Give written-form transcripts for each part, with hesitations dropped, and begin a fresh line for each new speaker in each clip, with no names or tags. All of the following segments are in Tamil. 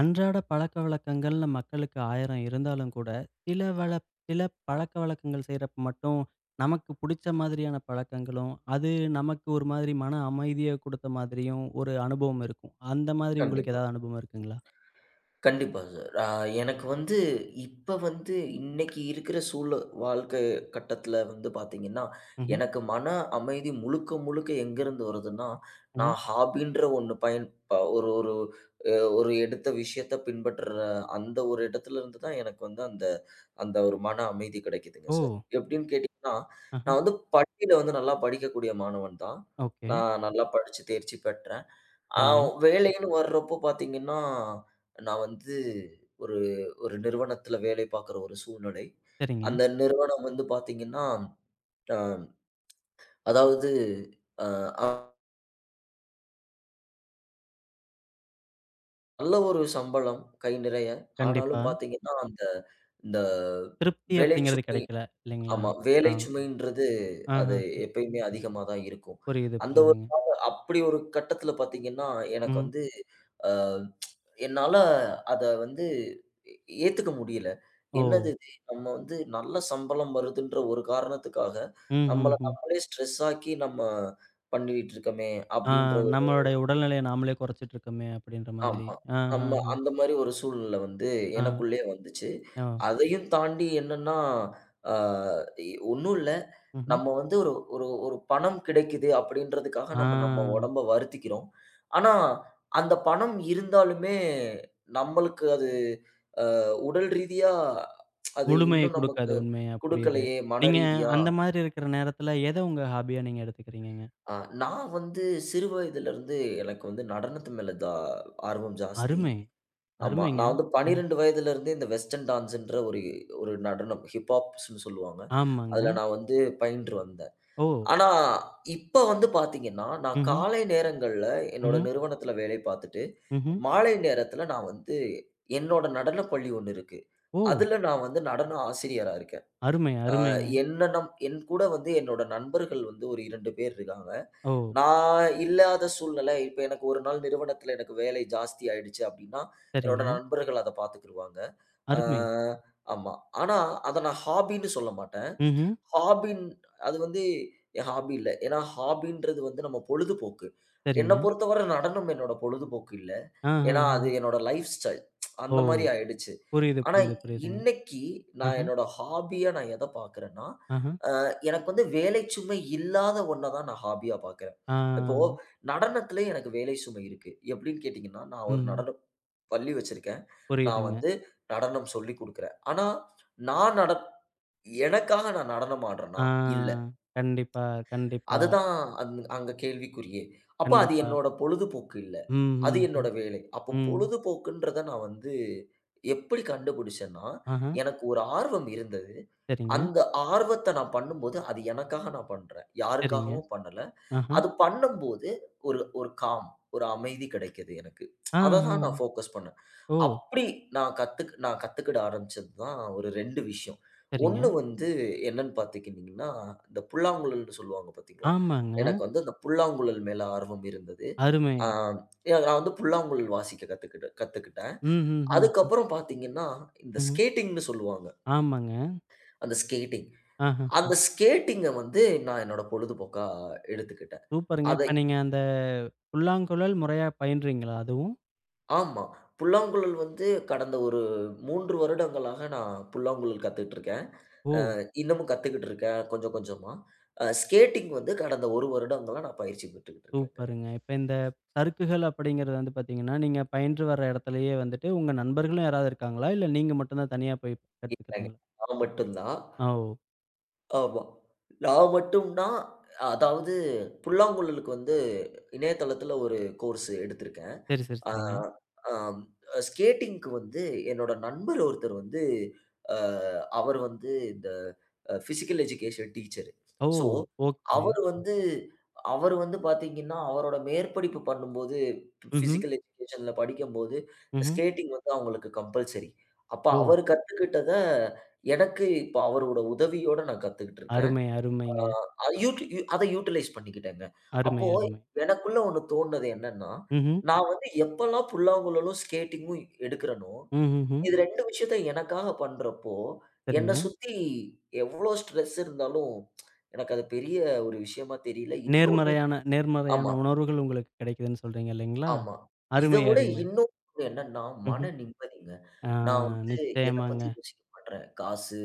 அன்றாட பழக்கவழக்கங்கள்ல மக்களுக்கு 1000 இருந்தாலும் கூட, சில வழ சில பழக்கவழக்கங்கள் செய்றப்ப மட்டும், நமக்கு புடிச்ச மாதிரியான பழக்கங்களும், அது நமக்கு ஒரு மாதிரி மன அமைதிய குடுத்த மாதிரியும் ஒரு அனுபவம் இருக்கும். அந்த மாதிரி உங்களுக்கு
கண்டிப்பா.
ஏதாவது அனுபவம் இருக்குங்களா?
கண்டிப்பா சார். எனக்கு வந்து இப்ப வந்து இன்னைக்கு இருக்கிற சூழ வாழ்க்கை கட்டத்தில வந்து பார்த்தீங்கன்னா,
ம்ஹ்ம்.
எனக்கு மன அமைதி முழுக்க முழுக்க எங்கேருந்து வருதுன்னா,
ம்.
நான் ஹாபின்ற ஒண்ணு பயன் ஒரு ஒரு அ ஒரு எடுத்த விஷயத்த பின்பற்ற அந்த ஒரு இடத்துலருந்து தான் எனக்கு வந்து அந்த அந்த ஒரு மன அமைதி கிடைக்குதுங்க
ஓ!
சார். எப்படின்னு கேட்டீங்கன்னா,
அஹ.
நான் வந்து பள்ளியில வந்து நல்லா படிக்கக்கூடிய மாணவன் தான்.
ஓகே.
நான் நல்லா படிச்சு தேர்ச்சி பெற்றேன். ஆ
சரிங்க,
வேலைன்னு வர்றப்போ பார்த்தீங்கன்னா, நான் வந்து ஒரு ஒரு நிறுவனத்தில வேலை பார்க்குற ஒரு சூழ்நிலை.
சரிங்க.
அந்த நிறுவனம் வந்து பார்த்தீங்கன்னா, அ அதாவது அ நல்ல ஒரு சம்பளம் கை நிறைய.
கண்டிப்பா.
ஆனாலும் பார்த்தீங்கன்னா, இந்த
திருப்தி அப்படிங்கிறது
வேலைச்சுமை.
கிடைக்கல இல்லைங்களா?
ஆமா,
ஆ.
வேலைச்சுமைன்றது அது
ஆஹ.
எப்பயுமே அதிகமா தான் இருக்கும்.
புரியுது,
அந்த ஒரு
புரியுதுங்க.
அப்படி ஒரு கட்டத்தில பார்த்தீங்கன்னா, எனக்கு
ம்.
வந்து அ என்னால அத வந்து ஏத்துக்க முடியல.
ஓ!
என்னது இது? நம்ம வந்து நல்ல சம்பளம் வருதுன்ற ஒரு காரணத்துக்காக,
ம்,
நம்மள
ம், ம்.
நம்மளே ஸ்ட்ரெஸ் ஆக்கி நம்ம பண்ணிட்டு இருக்கமே!
ஆ,
அப்டின்ற ஒரு
நம்மளுடைய உடல்நிலைய நாமளே குறைச்சிட்டு இருக்கோமே அப்படின்ற மாதிரி.
ஆமா. நம்ம
ஆஹஹ.
அந்த மாரி ஒரு சூழ்நிலை வந்து
ஆ.
எனக்குள்ளேயே வந்துச்சு.
ஓ!
அதையும் தாண்டி என்னன்னா, ஆ ஒண்ணும் இல்ல.
ம்ஹ்ம்.
நம்ம வந்து ஒரு ஒரு ஒரு பணம் கிடைக்குது அப்டின்றதுக்காக
ஆ.
நம்ம நம்ம உடம்ப வருத்திக்கிறோம். ஆனா, அந்த பணம் இருந்தாலுமே நம்மளுக்கு அது உடல் ரீதியா அது
முழுமைய
இன்னும்
குடுக்காது.
நமக்கு
உண்மையா புரியுது.
குடுக்கலையே! மன
நீங்க
ரீதியா,
அந்த மாதிரி இருக்கிற நேரத்துல எத உங்க ஹாபியா நீங்க எடுத்துக்கிறீங்கங்க?
அ நான் வந்து சிறு வயதிலருந்து எனக்கு வந்து நடனத்து மேல ஆர்வம் ஜாஸ்தி.
அருமை!
ஆமா.
அருமைங்க.
நான் வந்து
அ.
12 வயதிலருந்தே இந்த வெஸ்டர்ன் டான்ஸ்ன்ற ஒரு ஒரு நடனம் ஹிப்ஹாப்ஸ்ன்னு சொல்லுவாங்க. அதுல
ஆமாங்க.
நான் வந்து பயின்று வந்தேன்.
ஓ!
ஆனா, இப்ப வந்து பாத்தீங்கன்னா, நான்
ம்ஹ்ம்.
காலை நேரங்கள்ல என்னோட
ம்ஹ்ம்.
நிறுவனத்துல வேலை பாத்துட்டு,
ம்ஹ்ம்.
மாலை நேரத்துல நான் வந்து என்னோட நடனப் பள்ளி ஒண்ணு இருக்கு.
ஓ!
அதுல நான் வந்து நடன ஆசிரியரா இருக்கேன்.
அருமை, அருமைங்க.
என் கூட வந்து என்னோட நண்பர்கள் வந்து ஒரு 2 பேர் இருக்காங்க.
ஓ!
நான் இல்லாத சூழ்நிலை இப்ப எனக்கு ஒரு நாள் நிறுவனத்தில எனக்கு வேலை ஜாஸ்தி ஆயிடுச்சு அப்டின்னா, என்னோட
சரிங்க.
நண்பர்கள் அத பார்த்துக்குருவாங்க. ஆ
அருமை.
ஆமா. ஆனா அத நான் ஹாபின்னு சொல்ல மாட்டேன்.
ம்ஹ்ம்.
ஹாபின் அது வந்து என் ஹாபி இல்ல. ஏன்னா ஹாபின்றது வந்து நம்ம பொழுதுபோக்கு. என்ன
சரிங்க.
பொறுத்தவரை நடனம் என்னோட பொழுதுபோக்கு இல்ல. ஏன்னா அது
ஆஹஹ.
என்னோட லைஃப் ஸ்டைல்.
ஓ!
அந்த மாரி ஆயிடுச்சு.
புரியுது,
ஆனா
புரியுது, புரியுதுங்க.
இன்னைக்கு நான்
ஆஹ,
என்னோட ஹாபியா எத பார்க்குறேன்னா,
ஆஹ.
எனக்கு வந்து வேலை சுமை இல்லாத ஒண்ண தான் நான் ஹாபியா பார்க்குறேன். இப்போ
ஆ.
நடனத்திலே எனக்கு வேலை சுமை இருக்கு. எப்படின்னு கேட்டீங்கன்னா, நான் ஒரு
ம்.
நடன பள்ளி வச்சிருக்கேன். நான்
புரியுதுங்க.
வந்து நடனம் சொல்லிக் குடுக்குறேன். ஆனா, நான் நட எனக்காக நான் நடனம் ஆடுறேனா?
ஆ.
இல்ல.
கண்டிப்பா, கண்டிப்பா,
அதுதான் அங்கே கேள்விக்குறியே. அப்ப அது
கண்டிப்பா.
என்னோட பொழுதுபோக்கு இல்ல.
ம்,
அது
ம், ம்.
என்னோட வேலை. அப்போ
ம்.
பொழுதுபோக்குன்றத நான் வந்து எப்படி கண்டுபிடிச்சேன்னா,
ஆஹ.
எனக்கு ஒரு ஆர்வம் இருந்தது.
சரிங்க,
அந்த ஆர்வத்த நான் பண்ணும்போது, அது எனக்காக நான் பண்றேன்.
சரிங்க.
யாருக்காகவும் பண்ணல.
ஆஹ.
அது பண்ணும்போது ஒரு ஒரு காம், ஒரு அமைதி கிடைக்குது எனக்கு.
ஆ,
அத
ஆ.
தான் நான் ஃபோக்கஸ் பண்ணேன்.
ஓ!
அப்படி நான் கத்துக்கிட ஆரம்பிச்சது தான் ஒரு 2 விஷயம்.
சரிங்க.
1 வந்து என்னன்னு பார்த்துக்கிட்டிங்கன்னா, இந்த புல்லாங்குழல்ன்னு சொல்லுவாங்க பார்த்தீங்களா?
ஆமாங்க.
எனக்கு வந்து அந்த புல்லாங்குழல் மேல ஆர்வம் இருந்தது.
அருமை.
ஆ நான் வந்து புல்லாங்குழல் வாசிக்க கத்துக்கிட்டேன்.
ம், ம், ம், ம்,
அதுக்கப்புறம் பார்த்தீங்கன்னா, இந்த
ம்ஹ்ம்.
ஸ்கேட்டிங்ன்னு சொல்லுவாங்க.
ஆமாங்க.
அந்த ஸ்கேட்டிங்
ஆஹ.
அந்த ஸ்கேட்டிங்க வந்து நான் என்னோட பொழுதுபோக்கா எடுத்துக்கிட்டேன்.
சூப்பருங்க.
அதை
இப்ப நீங்க அந்த புல்லாங்குழல் முறையா பயின்றீங்களா அதுவும்?
ஆமா. புல்லாங்குழல் வந்து கடந்த ஒரு 3 வருடங்களாக நான் புல்லாங்குழல் கத்துக்கிட்டுருக்கேன்.
ஓ!
இன்னமும் கத்துக்கிட்டு இருக்கேன் கொஞ்சம் கொஞ்சமா. ஸ்கேட்டிங் வந்து கடந்த 1 வருடங்களா நான் பயிற்சி பெற்றுக்கிட்டு இருக்கேங்க.
சூப்பருங்க. இப்ப இந்த சறுக்குகள் அப்படிங்கிறது வந்து பார்த்தீங்கன்னா, நீங்க பயின்று வர இடத்துலயே வந்துட்டு உங்க நண்பர்களும் யாராவது இருக்காங்களா? இல்ல நீங்க மட்டும் தான் தனியா போய்
இல்லங்க.
கத்துக்கிறீங்களா?
நான் மட்டும் தான்.
ஆ, ஓ!
ஆமா. நான் மட்டும் தான் அதாவது புல்லாங்குழலுக்கு வந்து இணையதளத்துல ஒரு கோர்ஸ் எடுத்திருக்கேன்.
சரி, சரி,
ஆ,
சரிங்க.
ஆம். ஸ்கேட்டிங்க்கு வந்து என்னோட நண்பர் ஒருத்தர் வந்து, அ அவர் வந்து இந்த physical education teacher.
Oh!
So,
okay.
அவர் வந்து அவர் வந்து பார்த்தீங்கன்னா, அவரோட மேற்படிப்பு பண்ணும்போது
ம்ஹ்ம்,
ஃபிசிக்கல் எஜுகேஷன்ல படிக்கும்போது,
ம்ஹ்ம்.
ஸ்கேட்டிங் வந்து அவங்களுக்கு கம்பல்சரி. அப்ப
ஓ!
அவர் கத்துக்கிட்டத, எனக்கு இப்ப அவரோட உதவியோட நான் கத்துக்கிட்டுருக்கேன்.
அருமை, அருமைங்க.
யூட் யூ அத யூட்டிலைஸ் பண்ணிக்கிட்டேங்க.
அருமை,
அப்போ
அருமை.
எனக்குள்ள ஒண்ணு தோணுனது என்னன்னா,
ம்ஹ்ம்,
நான் வந்து எப்பலாம் புல்லாங்குழலும், ஸ்கேட்டிங்கும் எடுக்கிறேனோ,
ம்ஹ்ஹும்.
இது 2 விஷயத்த எனக்காக பண்றப்போ, என்ன
சரிங்க.
சுத்தி எவ்ளோ ஸ்ட்ரெஸ் இருந்தாலும் எனக்கு அது பெரிய ஒரு விஷயமா தெரியல. இன்னொன்னு
நேர்மறையான நேர்மறையான
ஆமா.
உணர்வுகள் உங்களுக்கு கிடைக்குதுன்னு சொல்றீங்க இல்லைங்களா?
ஆமா. இத
அருமை,
விட
அருமை.
இன்னொரு விஷயம் என்னன்னா,
ம்ஹ்ம்.
மன நிம்மதிங்க.
ஆ,
நான் வந்து எத பத்தி
நிச்சயமாங்க.
யோசிக்க மாட்றேன். காசு,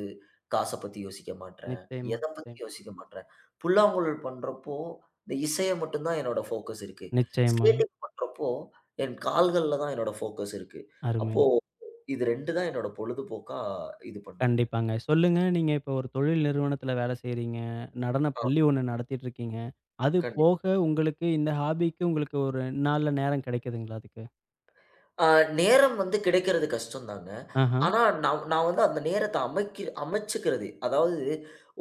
காச பத்தி யோசிக்க மாட்றேன்.
நிச்சயமா,
எத பத்தி
நிச்சயமா.
யோசிக்க மாட்றேன். புல்லாங்குழல் பண்றப்போ, இந்த இசைய மட்டும் தான் என்னோட ஃபோக்கஸ் இருக்கு.
நிச்சயமா.
ஸ்கேட்டிங் பண்றப்போ, என் கால்கள்ல தான் என்னோட ஃபோக்கஸ் இருக்கு.
அருமை.
அப்போ இது 2 தான் என்னோட பொழுதுபோக்கா இது பண்ணுதுங்க.
கண்டிப்பாங்க. சொல்லுங்க, நீங்க இப்போ ஒரு தொழில் நிறுவனத்தில வேலை செய்றீங்க. நடன
ஆ,
பள்ளி ஒண்ணு நடத்திட்டு இருக்கீங்க. அது
கண்டிப்பா.
போக உங்களுக்கு இந்த ஹாபிக்கு உங்களுக்கு ஒரு நாள்ல நேரம் கிடைக்குதுங்களா அதுக்கு?
அ நேரம் வந்து கிடைக்கிறது கஷ்டம் தாங்க.
ஆஹா,
ஆனா, நான் நான் வந்து அந்த நேரத்த அமைச்சுக்கிறது. அதாவது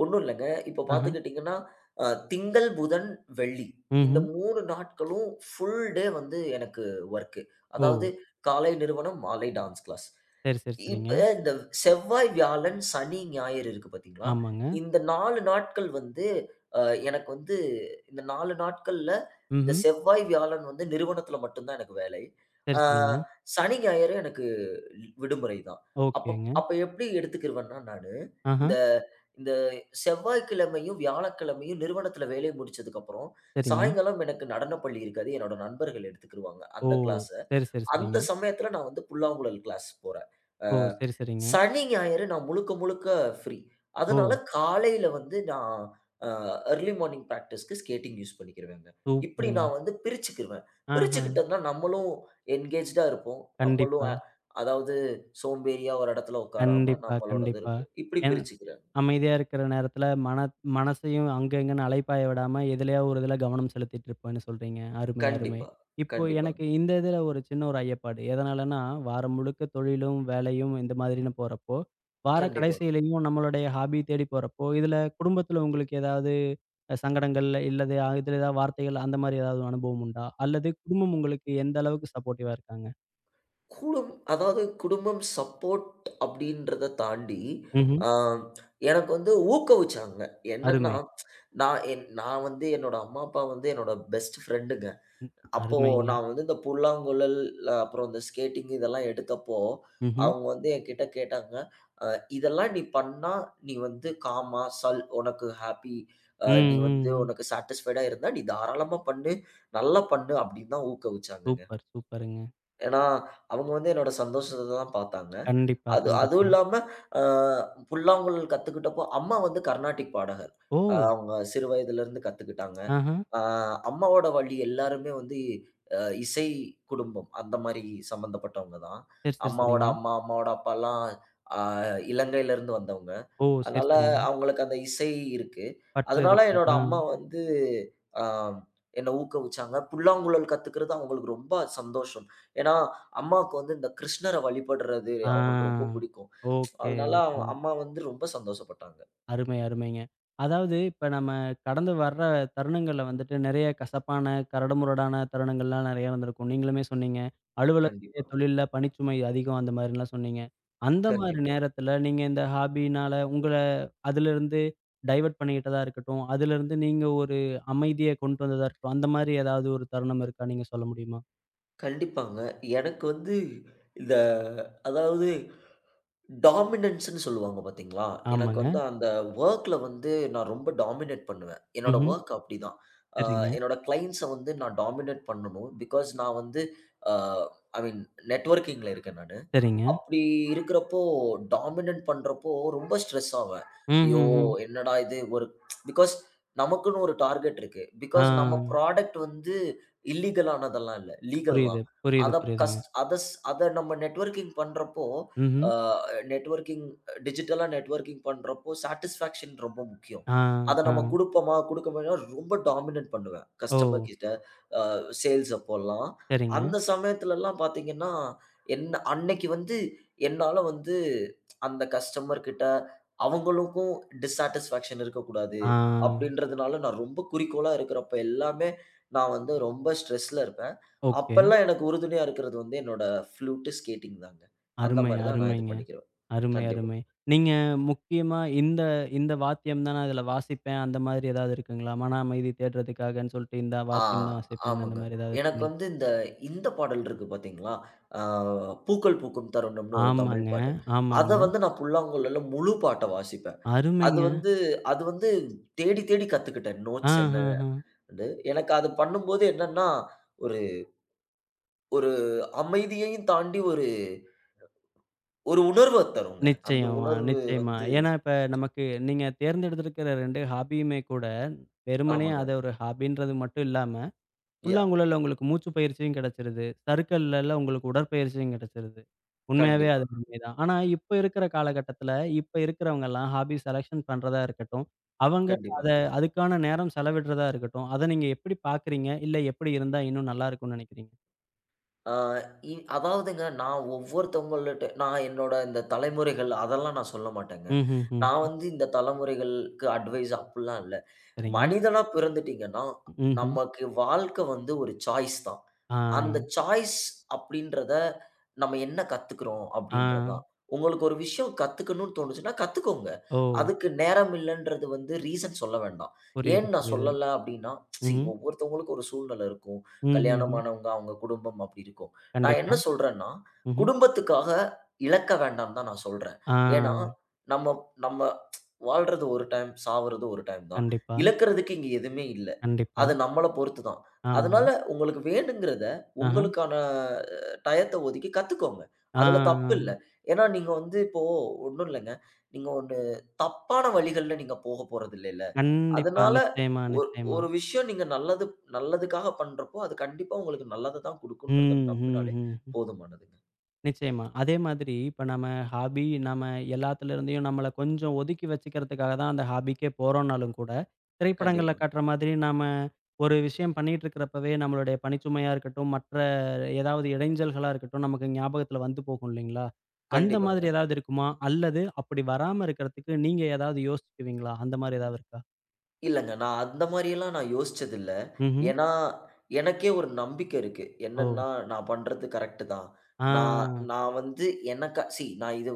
ஒண்ணும் இல்லங்க. இப்போ
ஆஹா.
பார்த்துக்கிட்டீங்கன்னா, அ திங்கள், புதன், வெள்ளி இந்த
ம்ஹ்ம்.
3 நாட்களும் ஃபுல் டே வந்து எனக்கு வொர்க்கு.
ஓ!
அதாவது காலை நிறுவனம், மாலை டான்ஸ் கிளாஸ்.
சரி, சரி, சரிங்க.
இப்ப இந்த செவ்வாய், வியாழன், சனி, ஞாயிறு இருக்கு பாத்தீங்களா?
ஆமாங்க.
இந்த 4 நாட்கள் வந்து அ எனக்கு வந்து இந்த 4 நாட்கள்ல இந்த
ம்ஹ்ம்.
செவ்வாய், வியாழன் வந்து நிறுவனத்துல மட்டும் தான் எனக்கு வேலை.
சரி,
ஆ
சரிங்க.
சனி, ஞாயிறு எனக்கு விடுமுறை தான். அப்ப
ஓகேங்க.
அப்ப எப்படி எடுத்துக்கிருவேன்னா நானு,
ஆஹா.
இந்த இந்த செவ்வாய்க்கிழமையும், வியாழக்கிழமையும் நிறுவனத்துல வேலை முடிச்சதுக்கப்புறம்,
சரிங்க.
சாயங்காலம் எனக்கு நடனப் பள்ளி இருக்கு. அது என்னோட நண்பர்கள் எடுத்துக்கிருவாங்க
ஓ!
அந்த கிளாஸ.
சரி, சரி,
அந்த
சரிங்க.
சமயத்துல நான் வந்து புல்லாங்குழல் கிளாஸ் போறேன். அ
ஓ! சரி, சரிங்க.
சனி, ஞாயிறு நான் முழுக்க முழுக்க ஃப்ரீ.
ஓ!
அதனால காலையில வந்து நான் அ அர்லி மார்னிங் பிராக்டிஸ்க்கு ஸ்கேட்டிங் யூஸ் பண்ணிக்கிருவேங்க. இப்படி
சூப்பருங்க.
நான் வந்து பிரிச்சுக்கிருவேன்.
ஆஹா.
பிரிச்சுக்கிட்டோம்னா நம்மளும் என்கேஜ்டா இருப்போம். நம்மளும்
கண்டிப்பா,
அதாவது சோம்பேறியா ஒரு இடத்துல உட்காராம
கண்டிப்பா,
நம்மளோடது
கண்டிப்பா.
இருக்கு. இப்படி
ஏன்
பிரிச்சுக்கிறேன்.
அமைதியா இருக்கிற நேரத்துல மன மனசையும் அங்க இங்கன்னு அலைப்பாய விடாம, எதுலயா ஒரு இதுல கவனம் செலுத்திட்டு இருப்பேன்னு சொல்றீங்க. அருமை, அருமை.
கண்டிப்பா,
இப்போ
கண்டிப்பா,
எனக்கு இந்த இதுல ஒரு சின்ன ஒரு ஐயப்பாடு. எதனாலன்னா, வாரம் முழுக்க தொழிலும், வேலையும் இந்த மாதிரின்னு போறப்போ, வார
கண்டிப்பா.
கடைசியிலயும் நம்மளுடைய ஹாபி தேடி போறப்போ, இதுல குடும்பத்துல உங்களுக்கு ஏதாவது சங்கடங்கள் இல்லது, இதுல ஏதாவது வார்த்தைகள் அந்த மாரி ஏதாவது அனுபவம் உண்டா? அல்லது குடும்பம் உங்களுக்கு எந்த அளவுக்கு சப்போர்ட்டிவா இருக்காங்க?
அதாவது குடும்பம் சப்போர்ட் அப்படின்றத தாண்டி,
ம்ஹ்ம்.
ஆ எனக்கு வந்து ஊக்குவிச்சாங்க. என்னன்னா,
அருமை.
நான் வந்து என்னோட அம்மா, அப்பா வந்து என்னோட பெஸ்ட் ஃப்ரெண்டுங்க.
ம்.
அப்போ
அருமைங்க.
நான் வந்து இந்த புல்லாங்குழல், அ, அப்புறம் இந்த ஸ்கேட்டிங் இதெல்லாம் எடுத்தப்போ,
ம்ஹ்ம்.
அவங்க வந்து என்கிட்ட கேட்டாங்க, "அ இதெல்லாம் நீ பண்ணா, நீ வந்து காமா, சல் உனக்கு ஹாப்பி,
ம்,
நீ வந்து
ம், ம்.
உனக்கு சாட்டிஸ்ஃபைடா இருந்தா, நீ தாராளமா பண்ணு, நல்லா பண்ணு" அப்படின்னு தான் ஊக்குவிச்சாங்கங்க.
சூப்பர், சூப்பருங்க.
ஏன்னா, அவங்க வந்து என்னோட சந்தோஷத்த தான் பார்த்தாங்க.
கண்டிப்பா,
அது அதுவும்
கண்டிப்பா.
இல்லாம அ புல்லாங்குழல் கத்துக்கிட்டப்போ, அம்மா வந்து கர்நாடிக் பாடகர்.
ஓ!
அவங்க சிறு வயதிலிருந்து கத்துக்கிட்டாங்க.
ஆஹா.
அ அம்மாவோட வழி எல்லாருமே வந்து அ இசை குடும்பம். அந்த மாரி சம்மந்தப்பட்டவங்க தான்.
சரி, சரி,
அம்மாவோட
சரிங்க.
அம்மா, அம்மாவோட அப்பாலாம் அ இலங்கையிலருந்து வந்தவங்க.
ஓ! சரி,
அதனால
சரிங்க.
அவங்களுக்கு அந்த இசை இருக்கு.
பற்று
அதனால
இருக்கு.
என்னோட
ஆ,
அம்மா வந்து அ என்ன ஊக்குவிச்சாங்க. புல்லாங்குழல் கத்துக்கிறது அவங்களுக்கு ரொம்ப சந்தோஷம். ஏன்னா, அம்மாவுக்கு வந்து இந்த கிருஷ்ணர வழிபடுறது அவங்களுக்கு ரொம்ப
ஆ.
பிடிக்கும்.
ஓகே,
அதனால அவங்க
ஓகேங்க.
அம்மா வந்து ரொம்ப சந்தோஷப்பட்டாங்க.
அருமை, அருமைங்க. அதாவது இப்ப நம்ம கடந்து வர்ற தருணங்கள்ல வந்துட்டு நெறைய கசப்பான, கரடுமுரடான தருணங்கள்லாம் நெறைய இருந்திருக்கும். நீங்களுமே சொன்னீங்க. அலுவலகத்திலே,
கண்டிப்பா,
தொழில்ல பணிச்சுமை அதிகம் அந்த மாதிரிலாம் சொன்னீங்க. அந்த மாரி
கண்டிப்பா.
நேரத்துல நீங்க இந்த ஹாபினால உங்கள அதிலிருந்து டைவர்ட் பண்ணிக்கிட்டதா இருக்கட்டும், அதிலிருந்து நீங்க ஒரு அமைதிய கொண்டு வந்ததா இருக்கட்டும், அந்த மாரி ஏதாவது ஒரு தருணம் இருக்கா? நீங்க சொல்ல முடியுமா?
கண்டிப்பாங்க. எனக்கு வந்து இந்த அதாவது டாமினன்ஸ்ன்னு சொல்லுவாங்க பார்த்தீங்களா? எனக்கு
ஆமாங்க.
வந்து அந்த வொர்க்ல வந்து நான் ரொம்ப டாமினேட் பண்ணுவேன். என்னோட
ம்ஹ்ம்.
வொர்க் அப்படிதான். அ
சரிங்க,
என்னோட கிளையண்ட்ஸ வந்து நான் டாமினேட் பண்ணணும். பிகாஸ் நான் வந்து அ ஐ மீன் நெட்வொர்க்கிங்ல இருக்கேன் நானு.
சரிங்க.
அப்படி இருக்கிறப்போ, டாமினன்ட் பண்றப்போ ரொம்ப ஸ்ட்ரெஸ் ஆவேன்.
ம்,
ஐயோ!
ம், ம்.
என்னடா இது ஒரு பிகாஸ் நமக்குன்னு ஒரு டார்கெட் இருக்கு.
ஆ.
பிகாஸ் நம்ம ப்ராடக்ட் வந்து இல்லீகல் ஆனதெல்லாம் இல்ல. லீகல்
புரியுது,
தான்.
புரியுது,
அத
புரியுதுங்க.
கஸ் அதஸ் அத நம்ம நெட்வொர்க்கிங் பண்றப்போ, அ
ம்ஹ்ம்.
நெட்வொர்க்கிங் டிஜிட்டலா நெட்வொர்க்கிங் பண்றப்போ சாட்டிஸ்ஃபாக்ஷன் ரொம்ப முக்கியம்.
ஆ,
அத
ஆ.
நம்ம குடுப்போமா, குடுக்க மாட்டோமா ரொம்ப டாமினன்ட் பண்ணுவேன்.
ஓ!
கஸ்டமர் கிட்ட அ சேல்ஸ் அப்போலாம்.
சரிங்க.
அந்த சமயத்துலலாம் பார்த்தீங்கன்னா, என்ன அன்னைக்கு வந்து என்னால வந்து அந்த கஸ்டமர் கிட்ட அவங்களுக்கும் டிஸ்சாட்டிஸ்ஃபாக்ஷன் இருக்கக்கூடாது
ஆ
அப்படின்றதுனால நான் ரொம்ப குறிக்கோளா இருக்கிறப்ப எல்லாமே நான் வந்து ரொம்ப ஸ்ட்ரெஸ்ல இருப்பேன்.
ஓகே.
அப்பல்லாம் எனக்கு உறுதுணையா இருக்கிறது வந்து என்னோட ஃப்ளூட், ஸ்கேட்டிங் தாங்க. அந்த
அருமை,
மாரி தான் நான் இது
அருமைங்க.
பண்ணிக்கிறேன்.
அருமை,
கண்டிப்பா.
அருமை. நீங்க முக்கியமா இந்த இந்த வாத்தியம் தான் நான் இதுல வாசிப்பேன், அந்த மாதிரி ஏதாவது இருக்குங்களா? மன அமைதி தேடுறதுக்காகன்னு சொல்லிட்டு இந்த
ஆ
வாத்தியம் தான் வாசிப்பேன்னு அந்த
ஆமாங்க.
மாதிரி ஏதாவது
எனக்கு
இருக்குங்களா?
வந்து இந்த இந்த பாடல் இருக்கு பார்த்தீங்களா? ஆ "பூக்கள் பூக்கும் தருணம்னு" ஒரு தமிழ்
ஆமாங்க,
பாட்டு. அத
ஆமாங்க.
வந்து நான் புல்லாங்குழல முழு பாட்ட வாசிப்பேன். அது
அருமைங்க.
வந்து அது வந்து தேடி தேடி கத்துக்கிட்டேன்.
ஆ,
நோட்ஸ் என்ன
ஆ, ஆ.
ன்னு. எனக்கு அது பண்ணும்போது என்னன்னா, ஒரு ஒரு அமைதியையும் தாண்டி ஒரு ஒரு உணர்வ தருங்க. அந்த
நிச்சயமா,
உணர்வு
நிச்சயமா.
வந்து
ஏன்னா இப்ப நமக்கு நீங்க தேர்ந்தெடுத்திருக்கிற 2 ஹாபியுமே கூட, வெறுமனே
ஆமாங்க.
அத ஒரு ஹாபின்றது மட்டும் இல்லாம
யாஹ்!
புல்லாங்குழல்ல உங்களுக்கு மூச்சு பயிற்சியும் கிடைச்சிருது. சறுக்கல்லலாம் உங்களுக்கு உடற்பயிற்சியும் கிடைச்சிருது. உண்மையாவே அது
கண்டிப்பா,
உண்மைதான். ஆனா, இப்ப இருக்கிற காலகட்டத்துல, இப்ப இருக்கிறவங்கலாம் ஹாபி செலக்ஷன் பண்றதா இருக்கட்டும், அவங்க
கண்டிப்பா.
அத அதுக்கான நேரம் செலவிடுறதா இருக்கட்டும், அத நீங்க எப்படி பார்க்குறீங்க? இல்ல எப்படி இருந்தா இன்னும் நல்லா இருக்கும்னு நினைக்கிறீங்க?
ஆ அதாவதுங்க ஒவ்வொருத்தவங்கள்ட்ட நான் என்னோட இந்த தலைமுறைகள் அதெல்லாம் நான் சொல்ல மாட்டேங்க.
ம்ஹ்ஹ்ம்.
நான் வந்து இந்த தலைமுறைகளுக்கு அட்வைஸ் அப்புட்லாம் இல்ல.
சரிங்க.
மனிதனா பிறந்துட்டீங்கன்னா,
ம்ஹ்ம்.
நமக்கு வாழ்க்கை வந்து ஒரு சாய்ஸ் தான்.
ஆ,
அந்த சாய்ஸ் அப்படின்றத நம்ம என்ன கத்துக்கிறோம்
ஆ.
அப்படின்றது தான். உங்களுக்கு ஒரு விஷயம் கத்துக்கணும்னு தோணுச்சுன்னா கத்துக்கோங்க.
ஓ!
அதுக்கு நேரம் இல்லன்றது வந்து ரீசன் சொல்ல வேண்டாம்.
புரியுது,
ஏன் நான்
புரியுது.
சொல்லல அப்படின்னா,
ம்ஹ்ம்.
ஒவ்வொருத்தவங்களுக்கும் ஒரு சூழ்நிலை இருக்கும்.
ம்ஹ்ஹ்ம்.
கல்யாணமானவங்க, அவங்க குடும்பம் அப்படி இருக்கும். நான்
கண்டிப்பா.
என்ன சொல்றேன்னா,
ம்ஹ்ம்.
குடும்பத்துக்காக இழக்க வேண்டாம்னு தான் நான் சொல்றேன்.
ஆ.
ஏன்னா, நம்ம நம்ம வாழ்றது ஒரு டைம், சாவறது ஒரு டைம் தான்.
கண்டிப்பா,
இழக்கிறதுக்கு இங்க எதுவுமே இல்ல.
கண்டிப்பா.
அது நம்மள பொறுத்து தான்.
ஆமாங்க.
அதனால உங்களுக்கு வேணுங்கிறத
ஆஹ.
உங்களுக்கான டயத்த ஒதுக்கி கத்துக்கோங்க. அதுல தப்பு இல்ல.
ஆ.
ஏன்னா நீங்க வந்து இப்போ ஒண்ணும் இல்லங்க. நீங்க ஒண்ணு தப்பான வழிகள்ல நீங்க போக போறதில்லைல்ல.
கண்டிப்பா.
அதனால
நிச்சயமா,
ஒரு
நிச்சயமா.
ஒரு விஷயம் நீங்க நல்லதுக்காக பண்றப்போ, அது கண்டிப்பா உங்களுக்கு நல்லத தான்
ம்,
குடுக்குன்றத
ம்,
நம்புனாலே
ம், ம்.
போதுமானதுங்க.
நிச்சயமா. அதே மாதிரி இப்ப நம்ம ஹாபி நம்ம எல்லாத்துல இருந்தையும் நம்மள கொஞ்சம் ஒதுக்கி வச்சுக்கிறதுக்காக தான் அந்த ஹாபிக்கே போறோம்னாலும் கூட, திரைப்படங்கள்ல
கண்டிப்பா,
காட்டுற மாதிரி நாம ஒரு விஷயம் பண்ணிட்டு இருக்கிறப்பவே நம்மளுடைய பணிச்சுமையா இருக்கட்டும், மற்ற ஏதாவது இடைஞ்சல்களா இருக்கட்டும், நமக்கு ஞாபகத்துல வந்து போகும் இல்லைங்களா? அந்த
கண்டிப்பா.
மாதிரி ஏதாவது இருக்குமா? அல்லது அப்படி வராம இருக்கிறதுக்கு நீங்க ஏதாவது யோசிக்குவீங்களா? அந்த மாரி ஏதாவது இருக்கா?
இல்லங்க. நான் அந்த மாரியெல்லாம் நான் யோசிச்சதில்ல.
ம்ஹ்ம்.
ஏன்னா, எனக்கே ஒரு நம்பிக்கை இருக்கு.
ஓ!
என்னன்னா, நான் பண்றது கரெக்ட் தான். நான்
ஆ.
நான் வந்து எனக்கா சி நான் இது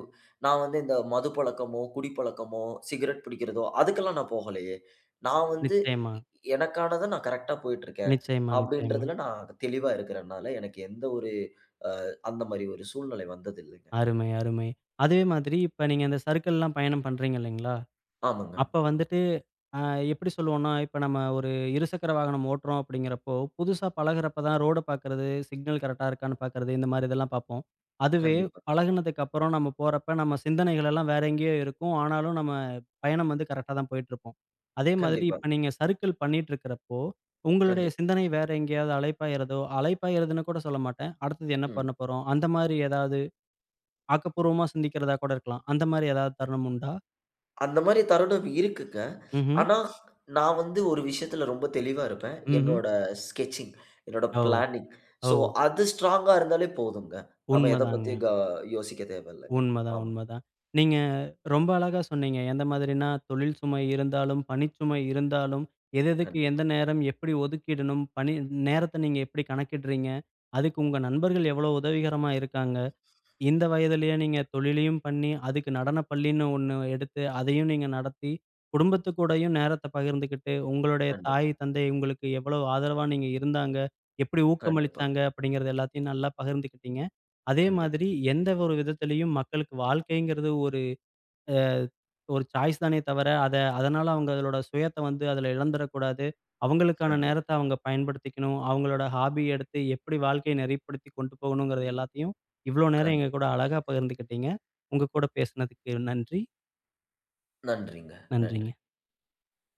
நான் வந்து இந்த மது பழக்கமோ, குடிப்பழக்கமோ, சிகரெட் பிடிக்கிறதோ, அதுக்கெல்லாம் நான் போகலையே. நான் வந்து
நிச்சயமா,
எ எனக்கானத நான் கரெக்ட்டா போயிட்டுருக்கேன்.
நிச்சயமா, நிச்சயமா.
அப்படின்றதுல நான் தெளிவா இருக்கிறனால, எனக்கு எந்த ஒரு அந்த மாரி ஒரு சூழ்நிலை வந்தது இல்லங்க.
அருமை, அருமை. அதே மாதிரி இப்ப நீங்க இந்த சர்க்கிள்லாம் பயணம் பண்றீங்க இல்லைங்களா?
ஆமாங்க.
அப்ப வந்துட்டு அ எப்படி சொல்லுவோம்னா, இப்ப நம்ம ஒரு இருசக்கர வாகனம் ஓட்டுறோம் அப்படிங்கிறப்போ, புதுசா பழகுறப்ப தான் ரோட பார்க்கறது, சிக்னல் கரெக்ட்டா இருக்கான்னு பார்க்கறது, இந்த மாரி இதெல்லாம் பார்ப்போம். அதுவே
கண்டிப்பா,
பழகுனதுக்கு அப்புறம் நம்ம போறப்ப நம்ம சிந்தனைகள் எல்லாம் வேற எங்கேயோ இருக்கும். ஆனாலும் நம்ம பயணம் வந்து கரெக்ட்டா தான் போயிட்டுருப்போம். அதே மாதிரி
கண்டிப்பா,
இப்ப நீங்க சர்க்கிள் பண்ணிட்டுருக்கிறப்போ, உங்களுடைய
கண்டிப்பா.
சிந்தனை வேற எங்கேயாவது அலைப்பாயுறதோ அலைப்பாயுறதுன்னு கூட சொல்ல மாட்டேன். அடுத்தது என்ன
ம்.
பண்ண போறோம்? அந்த மாரி ஏதாவது ஆக்கப்பூர்வமா சிந்திக்கிறதா கூட இருக்கலாம். அந்த மாரி ஏதாவது தருணம் உண்டா?
அந்த மாரி தருணம் இருக்குங்க.
ம்ஹ்ம்.
ஆனா, நான் வந்து ஒரு விஷயத்துல ரொம்ப தெளிவா இருப்பேன்.
ம்ஹ்ம்.
என்னோட ஸ்கெட்சிங், என்னோட
ஓ!
பிளானிங்.
ஓ!
ஸோ, அது ஸ்ட்ராங்கா இருந்தாலே போதுங்க. நம்ம எத
உண்மதாங்க.
பத்தியும் யோசிக்க தேவையில்லங்க.
உண்மதான்,
ஆமா.
உண்மதான். நீங்க ரொம்ப அழகா சொன்னீங்க. எந்த மாதிரினா, தொழில் சுமை இருந்தாலும், பணிச்சுமை இருந்தாலும், எது எதுக்கு எந்த
கண்டிப்பா,
நேரம் எப்படி ஒதுக்கிடணும், பணி நேரத்த நீங்க எப்படி கணக்கிடுறீங்க, அதுக்கு உங்க நண்பர்கள் எவ்வளோ உதவிகரமா இருக்காங்க. இந்த வயதிலேயே நீங்க தொழிலையும் பண்ணி, அதுக்கு நடனப் பள்ளின்னு ஒண்ணு எடுத்து, அதையும் நீங்க நடத்தி, குடும்பத்து கூடயும் நேரத்த பகிர்ந்துக்கிட்டு, உங்களுடைய
கண்டிப்பா,
தாய், தந்தை உங்களுக்கு எவ்வளவு ஆதரவா நீங்க இருந்தாங்க, எப்படி
கண்டிப்பா,
ஊக்கமளிச்சாங்க அப்படிங்கிறது எல்லாத்தையும் நல்லா பகிர்ந்துக்கிட்டீங்க. அதே
கண்டிப்பா,
மாதிரி எந்த ஒரு விதத்திலயும் மக்களுக்கு வாழ்க்கைங்கிறது ஒரு ஒரு சாய்ஸ் தானே தவிர, அத அதனால அவங்க அதோட சுயத்த வந்து அதுல இழந்துறக்கூடாது. அவங்களுக்கான
கண்டிப்பா,
நேரத்த அவங்க பயன்படுத்திக்கணும். அவங்களோட ஹாபிய எடுத்து எப்படி வாழ்க்கைய நெறிப்படுத்தி கொண்டு போகணுங்கிறது எல்லாத்தையும், இவ்ளோ நேரம் எங்க
கண்டிப்பா.
கூட அழகா பகிர்ந்துக்கிட்டீங்க. உங்க கூட பேசுனதுக்கு நன்றி.
நன்றிங்க.
நன்றிங்க.
நன்றி.